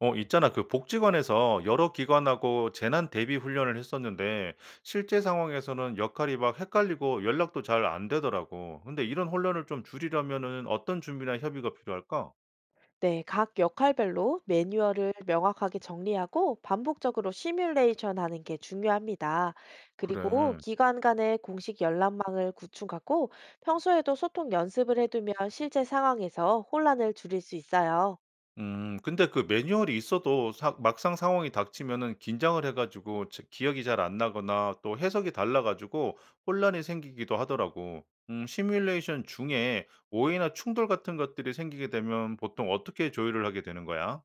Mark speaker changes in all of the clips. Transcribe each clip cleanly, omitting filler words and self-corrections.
Speaker 1: 어, 있잖아. 그 복지관에서 여러 기관하고 재난 대비 훈련을 했었는데 실제 상황에서는 역할이 막 헷갈리고 연락도 잘 안 되더라고. 근데 이런 혼란을 좀 줄이려면은 어떤 준비나 협의가 필요할까?
Speaker 2: 네, 각 역할별로 매뉴얼을 명확하게 정리하고 반복적으로 시뮬레이션 하는 게 중요합니다. 그리고
Speaker 1: 그래.
Speaker 2: 기관 간의 공식 연락망을 구축하고 평소에도 소통 연습을 해두면 실제 상황에서 혼란을 줄일 수 있어요.
Speaker 1: 근데 그 매뉴얼이 있어도 막상 상황이 닥치면은 긴장을 해가지고 기억이 잘 안 나거나 또 해석이 달라가지고 혼란이 생기기도 하더라고. 시뮬레이션 중에 오해나 충돌 같은 것들이 생기게 되면 보통 어떻게 조율을 하게 되는 거야?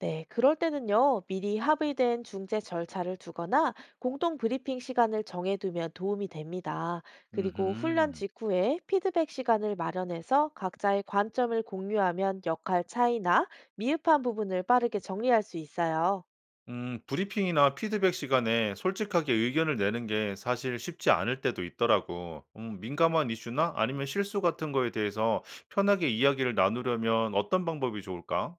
Speaker 2: 네, 그럴 때는요, 미리 합의된 중재 절차를 두거나 공동 브리핑 시간을 정해두면 도움이 됩니다. 그리고 훈련
Speaker 1: 음흠.
Speaker 2: 직후에 피드백 시간을 마련해서 각자의 관점을 공유하면 역할 차이나 미흡한 부분을 빠르게 정리할 수 있어요.
Speaker 1: 브리핑이나 피드백 시간에 솔직하게 의견을 내는 게 사실 쉽지 않을 때도 있더라고. 민감한 이슈나 아니면 실수 같은 거에 대해서 편하게 이야기를 나누려면 어떤 방법이 좋을까?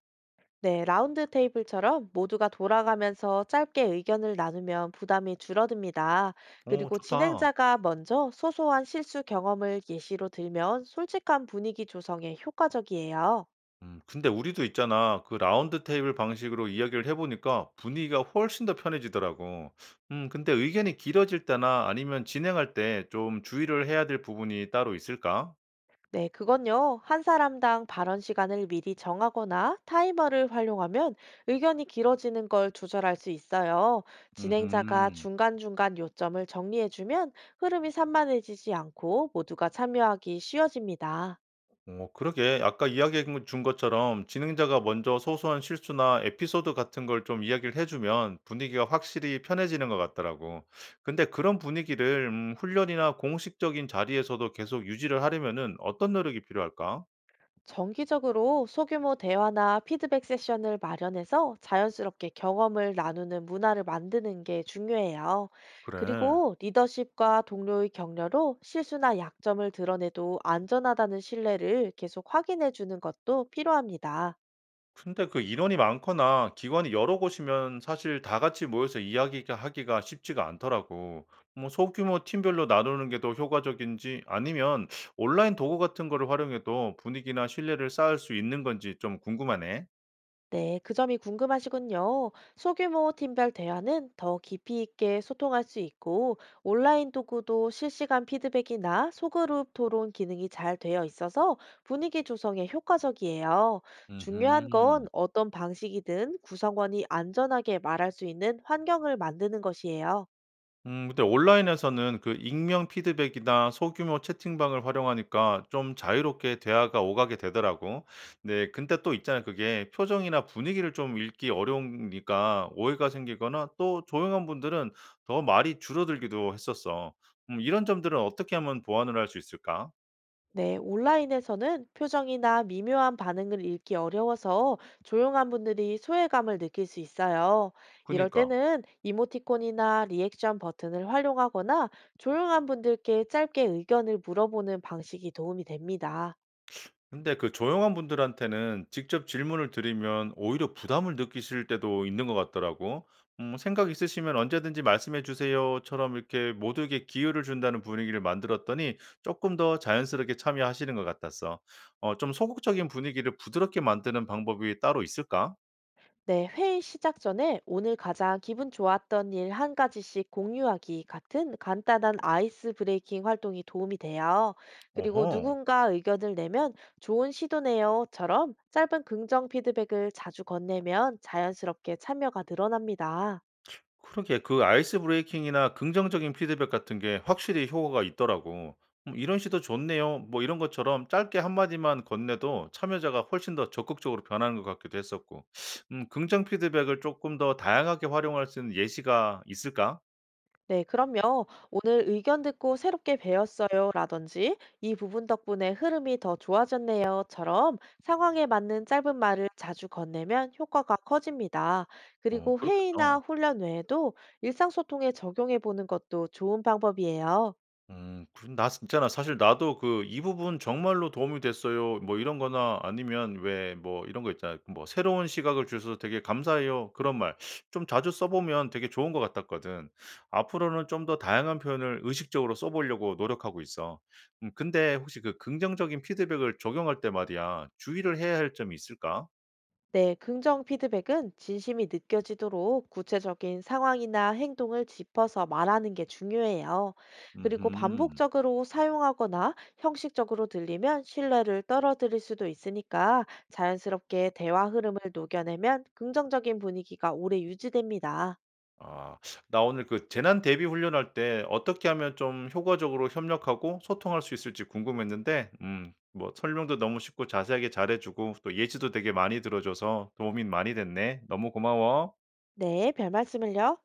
Speaker 2: 네, 라운드 테이블처럼 모두가 돌아가면서 짧게 의견을 나누면 부담이 줄어듭니다.
Speaker 1: 오,
Speaker 2: 그리고
Speaker 1: 좋다.
Speaker 2: 진행자가 먼저 소소한 실수 경험을 예시로 들면 솔직한 분위기 조성에 효과적이에요.
Speaker 1: 근데 우리도 있잖아. 그 라운드 테이블 방식으로 이야기를 해보니까 분위기가 훨씬 더 편해지더라고. 근데 의견이 길어질 때나 아니면 진행할 때 좀 주의를 해야 될 부분이 따로 있을까?
Speaker 2: 네, 그건요. 한 사람당 발언 시간을 미리 정하거나 타이머를 활용하면 의견이 길어지는 걸 조절할 수 있어요. 진행자가
Speaker 1: 음흠.
Speaker 2: 중간중간 요점을 정리해주면 흐름이 산만해지지 않고 모두가 참여하기 쉬워집니다.
Speaker 1: 어, 그러게 아까 이야기해 준 것처럼 진행자가 먼저 소소한 실수나 에피소드 같은 걸 좀 이야기를 해 주면 분위기가 확실히 편해지는 것 같더라고. 근데 그런 분위기를 훈련이나 공식적인 자리에서도 계속 유지를 하려면은 어떤 노력이 필요할까?
Speaker 2: 정기적으로 소규모 대화나 피드백 세션을 마련해서 자연스럽게 경험을 나누는 문화를 만드는 게 중요해요.
Speaker 1: 그래.
Speaker 2: 그리고 리더십과 동료의 격려로 실수나 약점을 드러내도 안전하다는 신뢰를 계속 확인해 주는 것도 필요합니다.
Speaker 1: 근데 그 인원이 많거나 기관이 여러 곳이면 사실 다 같이 모여서 이야기 하기가 쉽지가 않더라고. 뭐 소규모 팀별로 나누는 게 더 효과적인지 아니면 온라인 도구 같은 거를 활용해도 분위기나 신뢰를 쌓을 수 있는 건지 좀 궁금하네.
Speaker 2: 네, 그 점이 궁금하시군요. 소규모 팀별 대화는 더 깊이 있게 소통할 수 있고, 온라인 도구도 실시간 피드백이나 소그룹 토론 기능이 잘 되어 있어서 분위기 조성에 효과적이에요. 중요한 건
Speaker 1: 음흠.
Speaker 2: 어떤 방식이든 구성원이 안전하게 말할 수 있는 환경을 만드는 것이에요.
Speaker 1: 근데 온라인에서는 그 익명 피드백이나 소규모 채팅방을 활용하니까 좀 자유롭게 대화가 오가게 되더라고. 네, 근데 또 있잖아요. 그게 표정이나 분위기를 좀 읽기 어려우니까 오해가 생기거나 또 조용한 분들은 더 말이 줄어들기도 했었어. 이런 점들은 어떻게 하면 보완을 할 수 있을까?
Speaker 2: 네, 온라인에서는 표정이나 미묘한 반응을 읽기 어려워서 조용한 분들이 소외감을 느낄 수 있어요. 이럴
Speaker 1: 그니까.
Speaker 2: 때는 이모티콘이나 리액션 버튼을 활용하거나 조용한 분들께 짧게 의견을 물어보는 방식이 도움이 됩니다.
Speaker 1: 근데 그 조용한 분들한테는 직접 질문을 드리면 오히려 부담을 느끼실 때도 있는 것 같더라고. 생각 있으시면 언제든지 말씀해 주세요처럼 이렇게 모두에게 기회를 준다는 분위기를 만들었더니 조금 더 자연스럽게 참여하시는 것 같았어. 어, 좀 소극적인 분위기를 부드럽게 만드는 방법이 따로 있을까?
Speaker 2: 네, 회의 시작 전에 오늘 가장 기분 좋았던 일 한 가지씩 공유하기 같은 간단한 아이스 브레이킹 활동이 도움이 돼요. 그리고
Speaker 1: 오호.
Speaker 2: 누군가 의견을 내면 좋은 시도네요처럼 짧은 긍정 피드백을 자주 건네면 자연스럽게 참여가 늘어납니다.
Speaker 1: 그러게 그 아이스 브레이킹이나 긍정적인 피드백 같은 게 확실히 효과가 있더라고. 이런 시도 좋네요. 뭐 이런 것처럼 짧게 한마디만 건네도 참여자가 훨씬 더 적극적으로 변하는 것 같기도 했었고. 긍정 피드백을 조금 더 다양하게 활용할 수 있는 예시가 있을까?
Speaker 2: 네, 그럼요. 오늘 의견 듣고 새롭게 배웠어요. 라든지, 이 부분 덕분에 흐름이 더 좋아졌네요. 처럼 상황에 맞는 짧은 말을 자주 건네면 효과가 커집니다.
Speaker 1: 어,
Speaker 2: 그리고 회의나
Speaker 1: 그렇겠다.
Speaker 2: 훈련 외에도 일상소통에 적용해 보는 것도 좋은 방법이에요.
Speaker 1: 음. 그럼 나 있잖아, 사실 나도 그 "이 부분 정말로 도움이 됐어요." 뭐 이런 거나 아니면 왜 뭐 이런 거 있잖아 뭐 "새로운 시각을 주셔서 되게 감사해요." 그런 말 좀 자주 써 보면 되게 좋은 것 같았거든. 앞으로는 좀 더 다양한 표현을 의식적으로 써 보려고 노력하고 있어. 근데 혹시 그 긍정적인 피드백을 적용할 때 말이야 주의를 해야 할 점이 있을까?
Speaker 2: 네, 긍정 피드백은 진심이 느껴지도록 구체적인 상황이나 행동을 짚어서 말하는 게 중요해요. 그리고
Speaker 1: 음
Speaker 2: 반복적으로 사용하거나 형식적으로 들리면 신뢰를 떨어뜨릴 수도 있으니까 자연스럽게 대화 흐름을 녹여내면 긍정적인 분위기가 오래 유지됩니다.
Speaker 1: 아. 나 오늘 그 재난 대비 훈련할 때 어떻게 하면 좀 효과적으로 협력하고 소통할 수 있을지 궁금했는데 뭐 설명도 너무 쉽고 자세하게 잘해 주고 또 예시도 되게 많이 들어 줘서 도움이 많이 됐네. 너무 고마워.
Speaker 2: 네, 별 말씀을요.